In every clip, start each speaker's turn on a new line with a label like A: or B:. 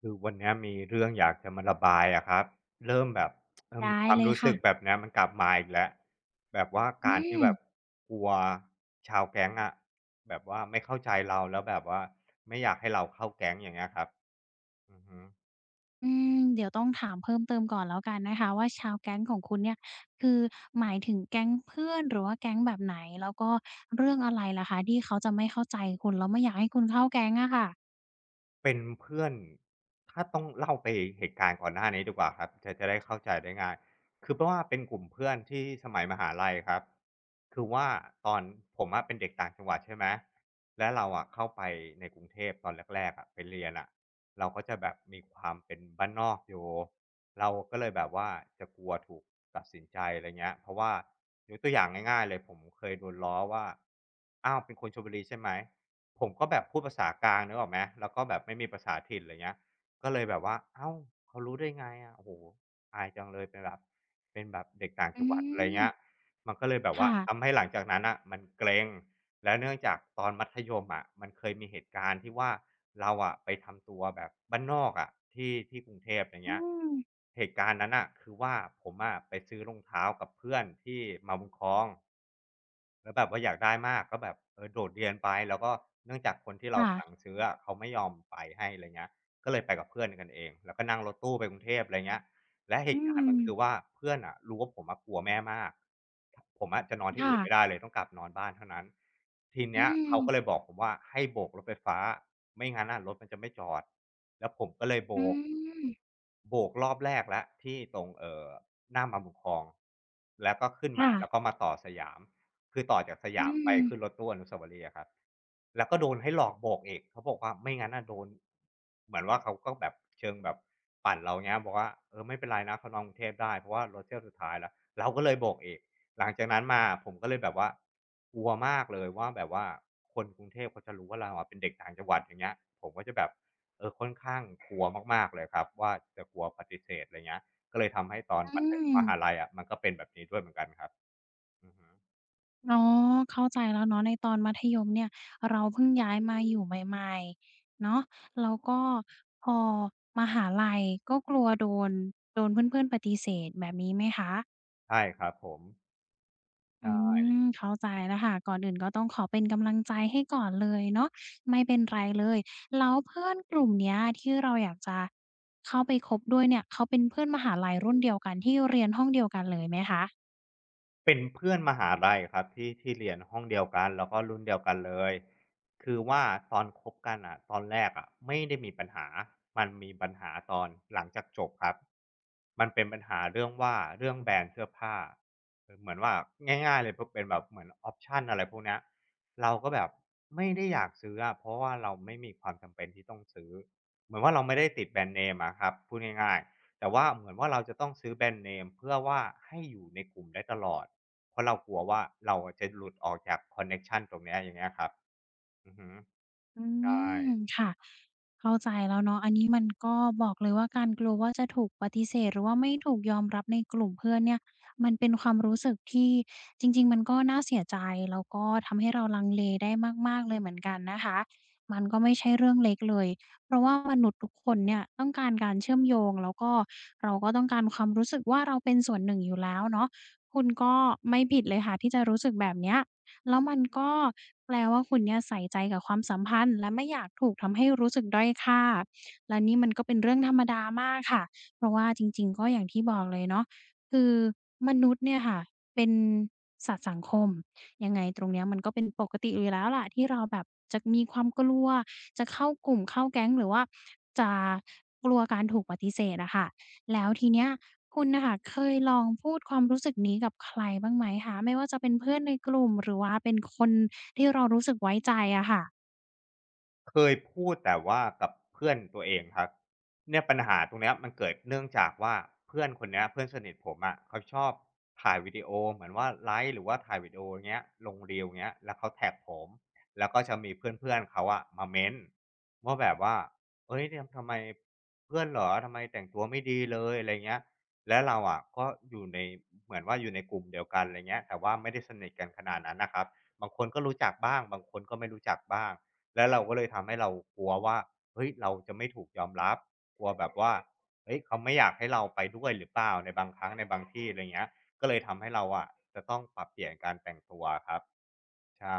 A: คือวันเนี้ยมีเรื่องอยากจะมาระบายอะครับเริ่มแบบ
B: ได้
A: ความ
B: เลย
A: รู้สึ
B: ค่ะ
A: กแบบเนี้ยมันกลับมาอีกแล้วแบบว่า
B: อื
A: การที่
B: ม
A: แบบกลัวชาวแก๊งอะแบบว่าไม่เข้าใจเราแล้วแบบว่าไม่อยากให้เราเข้าแก๊งอย่างเงี้ยครับอือฮึ
B: อืมเดี๋ยวต้องถามเพิ่มเติมก่อนแล้วกันนะคะว่าชาวแก๊งของคุณเนี่ยคือหมายถึงแก๊งเพื่อนหรือว่าแก๊งแบบไหนแล้วก็เรื่องอะไรล่ะคะที่เขาจะไม่เข้าใจคุณแล้วไม่อยากให้คุณเข้าแก๊งอะค่ะ
A: เป็นเพื่อนถ้าต้องเล่าไปเหตุการณ์ก่อนหน้านี้ดีกว่าครับจะได้เข้าใจได้ง่ายคือเพราะว่าเป็นกลุ่มเพื่อนที่สมัยมหาลัยครับคือว่าตอนผมอะเป็นเด็กต่างจังหวัดใช่ไหมแล้วเราอะเข้าไปในกรุงเทพตอนแรกๆอะไปเรียนอะเราก็จะแบบมีความเป็นบ้านนอกอยู่เราก็เลยแบบว่าจะกลัวถูกตัดสินใจอะไรเงี้ยเพราะว่ายกตัวอย่างง่ายๆเลยผมเคยโดนล้อว่าอ้าวเป็นคนชลบุรีใช่ไหม ผมก็แบบพูดภาษากลางนึกออกไหม แล้วก็แบบไม่มีภาษาถิ่นอะไรเงี้ย ก็เลยแบบว่า เอ้า เขารู้ได้ไงอะโอ้โฮอายจังเลยเป็นแบบเป็นแบบเด็กต่าง
B: อื
A: จังหวัดอะไร
B: ม
A: เงี้ย มันก็เลยแบบว่า
B: ค่ะ
A: ทำให้หลังจากนั้นน่ะมันเกร็ง แล้วเนื่องจากตอนมัธยมอะมันเคยมีเหตุการณ์ที่ว่าเราอะไปทำตัวแบบบ้านนอกอะที่กรุงเทพอย่าง
B: อื
A: เงี้ย
B: ม
A: เหตุการณ์นั้นอ่ะคือว่าผมอะไปซื้อรองเท้ากับเพื่อนที่มาบุญครองแล้วแบบว่าอยากได้มากก็แบบเออโดดเรียนไปแล้วก็เนื่องจากคนที่เรา
B: ค่ะ
A: สั่งซื้ออะเขาไม่ยอมไปให้อะไรเงี้ยก็เลยไปกับเพื่อนกันเองแล้วก็นั่งรถตู้ไปกรุงเทพอะไรเงี้ย และเห
B: อื
A: ตุการณ์
B: ม
A: มันคือว่าเพื่อนอะรู้ว่าผมอะกลัวแม่มากผมอะจะนอนที่
B: ค่ะ
A: อื่นไม่ได้เลยต้องกลับนอนบ้านเท่านั้นที
B: อื
A: เนี้ยเขาก็เลย
B: ม
A: บอกผมว่าให้โบกรถไฟฟ้าไม่งั้นน่ะรถมันจะไม่จอดแล้วผมก็เลยโบ
B: อื
A: ก
B: ม
A: โบกรอบแรกแล้วที่ตรงหน้าบางขุนคลองแล้วก็ขึ้นมา
B: ค่ะ
A: แล้วก็มาต่อสยาม คือต่อจากส
B: อื
A: ยามไป
B: ม
A: ขึ้นรถตู้อนุสาวรีย์อะครับแล้วก็โดนให้หลอกโบกอีกเขาบอกว่าไม่งั้นน่ะโดนเหมือนว่าเขาก็แบบเชิงแบบปั่นเราเงี้ยบอกว่าเออไม่เป็นไรนะเขานอนกรุงเทพได้เพราะว่ารถเที่ยวสุดท้ายแล้วเราก็เลยโบกอีกหลังจากนั้นมาผมก็เลยแบบว่ากลัวมากเลยว่าแบบว่าคนกรุงเทพเขาจะรู้ว่าเราอะเป็นเด็กต่างจังหวัดอย่างเงี้ยผมก็จะแบบเออค่อนข้างกลัวมากๆเลยครับว่าจะกลัวปฏิเสธอะไรเงี้ยก็เลยทำให้ตอน
B: อื
A: มัธมหา
B: ม
A: ลัยอะมันก็เป็นแบบนี้ด้วยเหมือนกันครับอือฮึ
B: อ๋อเข้าใจแล้วเนาะในตอนมัธยมเนี่ยเราเพิ่งย้ายมาอยู่ใหม่ๆเนาะแล้วก็พอมหาลัยก็กลัวนโดนเพื่อนๆปฏิเสธแบบนี้ไหมคะ
A: ใช่ครับผม
B: อื
A: อ่า
B: มเข้าใจแล้วค่ะก่อนอื่นก็ต้องขอเป็นกำลังใจให้ก่อนเลยเนาะไม่เป็นไรเลยแล้วเพื่อนกลุ่มเนี้ยที่เราอยากจะเข้าไปคบด้วยเนี่ยเขาเป็นเพื่อนมหาลัยรุ่นเดียวกันที่เรียนห้องเดียวกันเลยไหมคะ
A: เป็นเพื่อนมหาลัยครับที่เรียนห้องเดียวกันแล้วก็รุ่นเดียวกันเลยคือว่าตอนคบกันอะตอนแรกอะไม่ได้มีปัญหามันมีปัญหาตอนหลังจากจบครับมันเป็นปัญหาเรื่องว่าเรื่องแบรนด์เสื้อผ้าเออเหมือนว่าง่ายๆเลยพเป็นแบบเหมือนออปชันอะไรพวกเนี้ยเราก็แบบไม่ได้อยากซื้ออะเพราะว่าเราไม่มีความจำเป็นที่ต้องซื้อเหมือนว่าเราไม่ได้ติดแบรนด์เนมอะครับพูดง่ายๆ แต่ว่าเหมือนว่าเราจะต้องซื้อแบรนด์เนมเพื่อว่าให้อยู่ในกลุ่มได้ตลอดเพราะเรากลัวว่าเราอะจะหลุดออกจากคอนเน็กชันตรงเนี้ยอย่างเงี้ยครับอือฮึ
B: อื
A: ใช่
B: มค่ะเข้าใจแล้วเนาะอันนี้มันก็บอกเลยว่าการกลัวว่าจะถูกปฏิเสธหรือว่าไม่ถูกยอมรับในกลุ่มเพื่อนเนี่ยมันเป็นความรู้สึกที่จริงๆมันก็น่าเสียใจแล้วก็ทำให้เราลังเลได้มากๆเลยเหมือนกันนะคะมันก็ไม่ใช่เรื่องเล็กเลยเพราะว่ามนุษย์ทุกคนเนี่ยต้องการการเชื่อมโยงแล้วก็เราก็ต้องการความรู้สึกว่าเราเป็นส่วนหนึ่งอยู่แล้วเนาะคุณก็ไม่ผิดเลยค่ะที่จะรู้สึกแบบเนี้ย แล้วมันก็แปลว่าคุณเนี่ยใส่ใจกับความสัมพันธ์และไม่อยากถูกทำให้รู้สึกด้อยค่าและนี่มันก็เป็นเรื่องธรรมดามากค่ะ เพราะว่าจริงๆก็อย่างที่บอกเลยเนาะคือมนุษย์เนี่ยค่ะเป็นสัตว์สังคมยังไงตรงเนี้ยมันก็เป็นปกติอยู่แล้วล่ะที่เราแบบจะมีความกลัวจะเข้ากลุ่มเข้าแก๊งหรือว่าจะกลัวการถูกปฏิเสธอะค่ะ แล้วทีเนี้ยคุณน่ะค่ะเคยลองพูดความรู้สึกนี้กับใครบ้างไหมคะไม่ว่าจะเป็นเพื่อนในกลุ่มหรือว่าเป็นคนที่เรารู้สึกไว้ใจอะค่ะ
A: เคยพูดแต่ว่ากับเพื่อนตัวเองครับเนี่ยปัญหาตรงเนี้ยมันเกิดเนื่องจากว่าเพื่อนคนเนี้ยเพื่อนสนิทผมอะะเขาชอบถ่ายวิดีโอเหมือนว่าไลฟ์หรือว่าถ่ายวิดีโอเงี้ยลง Reel เงี้ยแล้วเขาแท็กผมแล้วก็จะมีเพื่อนๆเขาอะมาเม้นต์ว่าแบบว่าเอ้ยเนี่ยทำไมเพื่อนเหรอทำไมแต่งตัวไม่ดีเลยอะไรเงี้ยและเราอะก็อยู่ในเหมือนว่าอยู่ในกลุ่มเดียวกันอะไรเงี้ยแต่ว่าไม่ได้สนิทกันขนาดนั้นนะครับบางคนก็รู้จักบ้างบางคนก็ไม่รู้จักบ้าง แล้วเราก็เลยทำให้เรากลัวว่าเฮ้ยเราจะไม่ถูกยอมรับ กลัวแบบว่าเฮ้ยเขาไม่อยากให้เราไปด้วยหรือเปล่าในบางครั้งในบางที่อะไรเงี้ยก็เลยทำให้เราอะจะต้องปรับเปลี่ยนการแต่งตัวครับ ใช่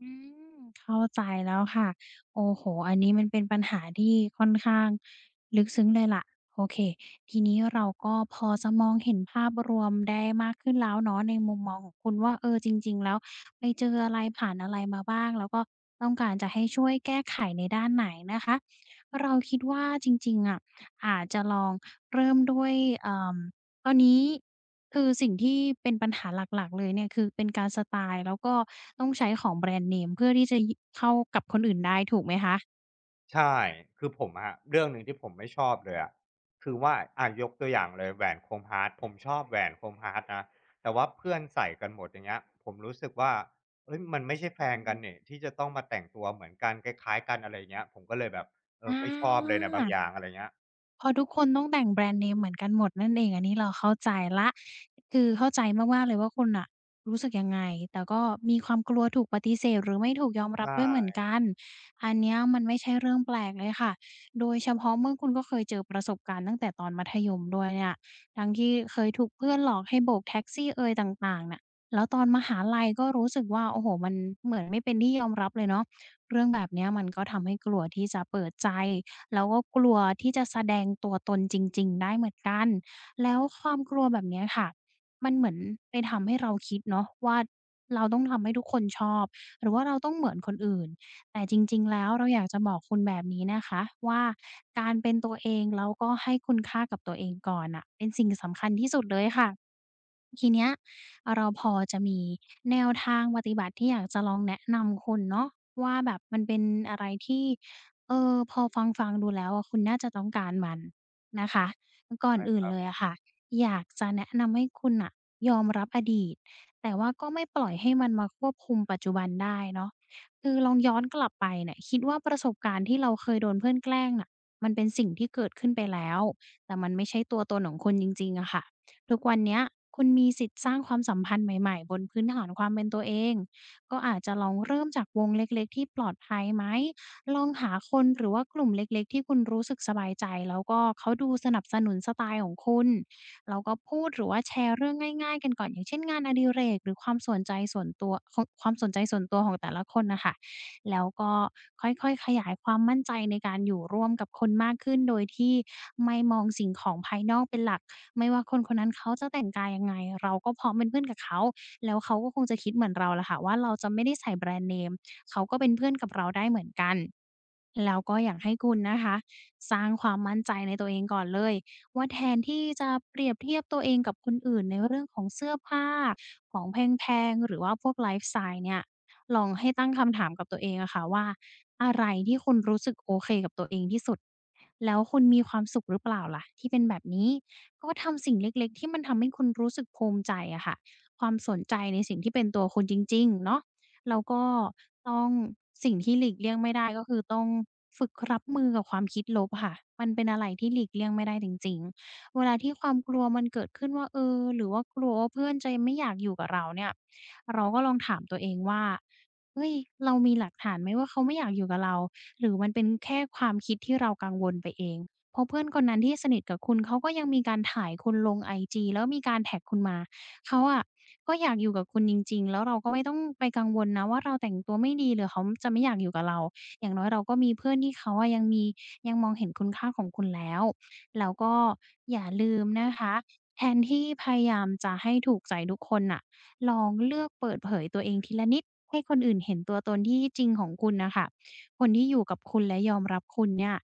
B: อืมเข้าใจแล้วค่ะโอ้โฮอันนี้มันเป็นปัญหาที่ค่อนข้างลึกซึ้งเลยล่ะโอเคทีนี้เราก็พอจะมองเห็นภาพรวมได้มากขึ้นแล้วเนาะในมุมมองของคุณว่าเออจริงๆแล้วไปเจออะไรผ่านอะไรมาบ้างแล้วก็ต้องการจะให้ช่วยแก้ไขในด้านไหนนะคะเราคิดว่าจริงๆอะอาจจะลองเริ่มด้วยเอ่อ ตอนนี้คือสิ่งที่เป็นปัญหาหลักๆเลยเนี่ยคือเป็นการสไตล์แล้วก็ต้องใช้ของแบรนด์เนมเพื่อที่จะยเข้ากับคนอื่นได้ถูกไหมคะ
A: ใช่คือผมอะเรื่องหนึ่งที่ผมไม่ชอบเลยอะคือว่ายกตัวอย่างเลยแหวนโคมฮาร์ตผมชอบแหวนโคมฮาร์ตนะแต่ว่าเพื่อนใส่กันหมดอย่างเงี้ยผมรู้สึกว่าเฮ้ยมันไม่ใช่แฟนกันนี่ที่จะต้องมาแต่งตัวเหมือนกันคล้ายๆกันอะไรอย่างเงี้ยผมก็เลยแบบเอ
B: อ
A: อไม่ชอบเลยนะบาง
B: า
A: อย่างอะไรเงี้ย
B: พอทุกคนต้องแต่งแบรนด์เนมเหมือนกันหมดนั่นเองอันนี้เราเข้าใจแล้วคือเข้าใจมากๆเลยว่าคุณน่ะรู้สึกยังไงแต่ก็มีความกลัวถูกปฏิเสธหรือไม่ถูกยอม
A: ใช
B: รับด้วยเหมือน
A: ่
B: กันอันเนี้ยมันไม่ใช่เรื่องแปลกเลยค่ะโดยเฉพาะเมื่อคุณก็เคยเจอประสบการณ์ตั้งแต่ตอนมัธยมด้วยเนี่ยทั้งที่เคยถูกเพื่อนหลอกให้โบกแท็กซี่เอยต่างๆน่ะแล้วตอนมหาลัยก็รู้สึกว่าโอ้โฮมันเหมือนไม่เป็นที่ยอมรับเลยเนาะเรื่องแบบเนี้ยมันก็ทำให้กลัวที่จะเปิดใจ แล้วก็กลัวที่จะแสดงตัวตนจริงๆได้เหมือนกัน แล้วความกลัวแบบเนี้ยค่ะมันเหมือนไปทำให้เราคิดเนาะว่าเราต้องทำให้ทุกคนชอบหรือว่าเราต้องเหมือนคนอื่นแต่จริงๆแล้วเราอยากจะบอกคุณแบบนี้นะคะว่าการเป็นตัวเองแล้วก็ให้คุณค่ากับตัวเองก่อนน่ะเป็นสิ่งสำคัญที่สุดเลยค่ะทีเนี้ยเราพอจะมีแนวทางปฏิบัติที่อยากจะลองแนะนำคุณเนาะว่าแบบมันเป็นอะไรที่ เออพอฟังๆดูแล้วอะคุณน่าจะต้องการมันนะคะก่อนอื่นเลยอะค่ะอยากจะแนะนำให้คุณน่ะยอมรับอดีตแต่ว่าก็ไม่ปล่อยให้มันมาควบคุมปัจจุบันได้เนาะคือลองย้อนกลับไปเนี่ยคิดว่าประสบการณ์ที่เราเคยโดนเพื่อนแกล้งน่ะมันเป็นสิ่งที่เกิดขึ้นไปแล้วแต่มันไม่ใช่ตัวตนของคุณจริงๆอะค่ะทุกวันเนี้ยคุณมีสิทธิ์สร้างความสัมพันธ์ใหม่ๆบนพื้นฐานความเป็นตัวเองก็อาจจะลองเริ่มจากวงเล็กๆที่ปลอดภัยไหม ลองหาคนหรือว่ากลุ่มเล็กๆที่คุณรู้สึกสบายใจแล้วก็เขาดูสนับสนุนสไตล์ของคุณแล้วก็พูดหรือว่าแชร์เรื่องง่ายๆกันก่อนอย่างเช่นงานอดิเรกหรือความสนใจส่วนตัวของแต่ละคนนะคะแล้วก็ค่อยๆขยายความมั่นใจในการอยู่ร่วมกับคนมากขึ้นโดยที่ไม่มองสิ่งของภายนอกเป็นหลักไม่ว่าคนคนนั้นเขาจะแต่งกายยังไงเราก็พร้อมเป็นเพื่อนกับเขาแล้วเขาก็คงจะคิดเหมือนเราแหละค่ะว่าเราจะไม่ได้ใส่แบรนด์เนม เขาก็เป็นเพื่อนกับเราได้เหมือนกันแล้วก็อยากให้คุณนะคะสร้างความมั่นใจในตัวเองก่อนเลยว่าแทนที่จะเปรียบเทียบตัวเองกับคนอื่นในเรื่องของเสื้อผ้าของแพงๆหรือว่าพวกไลฟ์สไตล์เนี่ยลองให้ตั้งคำถามกับตัวเองอะค่ะว่าอะไรที่คุณรู้สึกโอเคกับตัวเองที่สุดแล้วคุณมีความสุขหรือเปล่าล่ะที่เป็นแบบนี้ก็ทำสิ่งเล็กๆที่มันทำให้คุณรู้สึกภูมิใจอะค่ะความสนใจในสิ่งที่เป็นตัวคุณจริงๆเนาะแล้วก็ ต้องสิ่งที่หลีกเลี่ยงไม่ได้ก็คือต้องฝึกรับมือกับความคิดลบค่ะมันเป็นอะไรที่หลีกเลี่ยงไม่ได้จริงๆเวลาที่ความกลัวมันเกิดขึ้นว่าเออหรือว่ากลัวว่าเพื่อนจะไม่อยากอยู่กับเราเนี่ยเราก็ลองถามตัวเองว่าเฮ้ยเรามีหลักฐานไหมว่าเขาไม่อยากอยู่กับเราหรือมันเป็นแค่ความคิดที่เรากังวลไปเองเพราะเพื่อนคนนั้นที่สนิทกับคุณเขาก็ยังมีการถ่ายคุณลงไอจีแล้วมีการแท็กคุณมา เขาอะก็อยากอยู่กับคุณจริงๆแล้วเราก็ไม่ต้องไปกังวลนะว่าเราแต่งตัวไม่ดีหรือเขาจะไม่อยากอยู่กับเราอย่างน้อยเราก็มีเพื่อนที่เขาอะยังมียังมองเห็นคุณค่าของคุณแล้ว แล้วก็อย่าลืมนะคะแทนที่พยายามจะให้ถูกใจทุกคนน่ะลองเลือกเปิดเผยตัวเองทีละนิดให้คนอื่นเห็นตัวตนที่จริงของคุณน่ะค่ะคนที่อยู่กับคุณและยอมรับคุณเนี่ย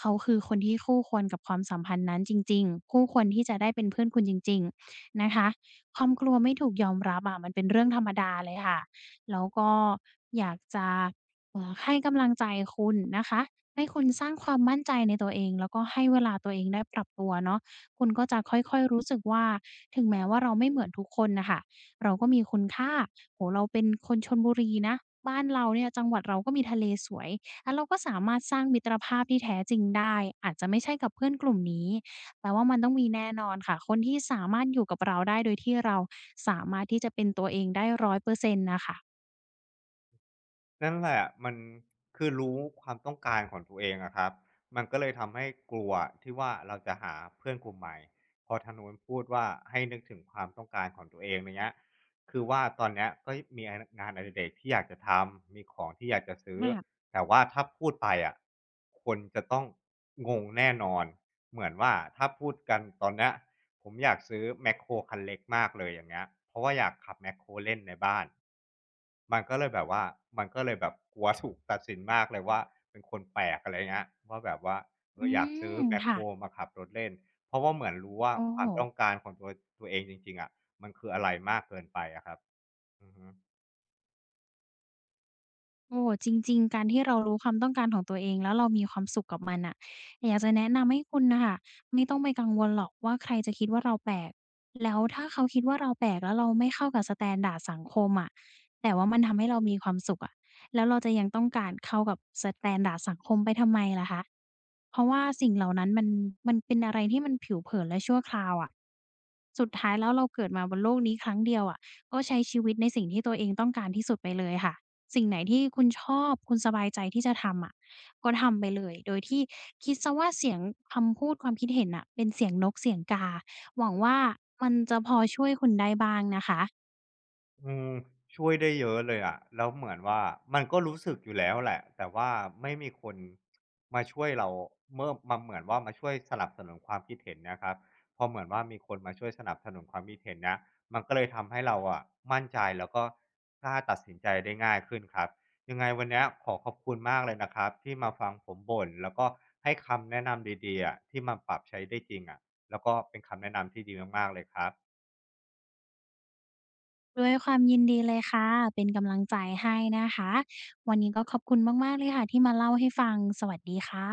B: เขาคือคนที่คู่ควรกับความสัมพันธ์นั้นจริงๆคู่ควรที่จะได้เป็นเพื่อนคุณจริงๆนะคะ ความกลัวไม่ถูกยอมรับอะมันเป็นเรื่องธรรมดาเลยค่ะแล้วก็อยากจะให้กำลังใจคุณนะคะให้คุณสร้างความมั่นใจในตัวเองแล้วก็ให้เวลาตัวเองได้ปรับตัวเนาะคุณก็จะค่อยๆรู้สึกว่าถึงแม้ว่าเราไม่เหมือนทุกคนน่ะค่ะเราก็มีคุณค่าโอ้โฮเราเป็นคนชลบุรีนะบ้านเราเนี่ยจังหวัดเราก็มีทะเลสวยแล้วเราก็สามารถสร้างมิตรภาพที่แท้จริงได้อาจจะไม่ใช่กับเพื่อนกลุ่มนี้ แต่ว่ามันต้องมีแน่นอนค่ะคนที่สามารถอยู่กับเราได้โดยที่เราสามารถที่จะเป็นตัวเองได้ร้100%นต์น่ะค่ะ
A: นั่นแหละมันคือรู้ความต้องการของตัวเองอะครับมันก็เลยทำให้กลัวที่ว่าเราจะหาเพื่อนกลุ่มใหม่พอทางนู้นพูดว่าให้นึกถึงความต้องการของตัวเองอย่างเงี้ยคือว่าตอนเนี้ยก็มีงานอดิเรกที่อยากจะทำมีของที่อยากจะซื้อ
B: ค่ะ
A: แต่ว่าถ้าพูดไปอะคนจะต้องงงแน่นอน เหมือนว่าถ้าพูดกันตอนเนี้ยผมอยากซื้อแมคโครคันเล็กมากเลยอย่างเงี้ยเพราะว่าอยากขับแมคโครเล่นในบ้านมันก็เลยแบบว่ามันก็เลยแบบกลัวถูกตัดสินมากเลยว่าเป็นคนแปลกอะไรเงี้ยว่าแบบว่าเอ
B: อื
A: ออยากซื้อ
B: ม
A: แมคโค
B: ค่ะ
A: รมาขับรถเล่นเพราะว่าเหมือนรู้ว่า
B: โอ้
A: ค
B: โฮ
A: วามต้องการของตัวเองจริงๆอะมันคืออะไรมากเกินไปอะครับอือฮึ
B: โอ้จริงๆการที่เรารู้ความต้องการของตัวเองแล้วเรามีความสุขกับมันน่ะอยากจะแนะนำให้คุณน่ะค่ะไม่ต้องไปกังวลหรอกว่าใครจะคิดว่าเราแปลกแล้วถ้าเขาคิดว่าเราแปลกแล้วเราไม่เข้ากับสแตนดาร์ดสังคมอะแต่ว่ามันทำให้เรามีความสุขอะแล้วเราจะยังต้องการเข้ากับสแตนดาร์ดสังคมไปทำไมล่ะคะเพราะว่าสิ่งเหล่านั้นมันเป็นอะไรที่มันผิวเผินและชั่วคราวอะสุดท้ายแล้วเราเกิดมาบนโลกนี้ครั้งเดียวอะก็ใช้ชีวิตในสิ่งที่ตัวเองต้องการที่สุดไปเลยค่ะ สิ่งไหนที่คุณชอบคุณสบายใจที่จะทำอะก็ทำไปเลยโดยที่คิดเสียว่าเสียงคำพูดความคิดเห็นน่ะเป็นเสียงนกเสียงกาหวังว่ามันจะพอช่วยคุณได้บ้างนะคะ
A: อืมช่วยได้เยอะเลยอะแล้วเหมือนว่ามันก็รู้สึกอยู่แล้วแหละแต่ว่าไม่มีคนมาช่วยเราเมื่อมาเหมือนว่ามาช่วยสนับสนุนความคิดเห็นเนี่ยครับพอเหมือนว่ามีคนมาช่วยสนับสนุนความคิดเห็นเนี้ยมันก็เลยทำให้เราอะมั่นใจแล้วก็กล้าตัดสินใจได้ง่ายขึ้นครับยังไงวันเนี้ยขอขอบคุณมากเลยนะครับที่มาฟังผมบ่นแล้วก็ให้คำแนะนำดีๆอะที่มาปรับใช้ได้จริงอะแล้วก็เป็นคำแนะนำที่ดีมากๆเลยครับ
B: ด้วยความยินดีเลยค่ะเป็นกำลังใจให้นะคะวันนี้ก็ขอบคุณมากๆเลยค่ะที่มาเล่าให้ฟังสวัสดีค่ะ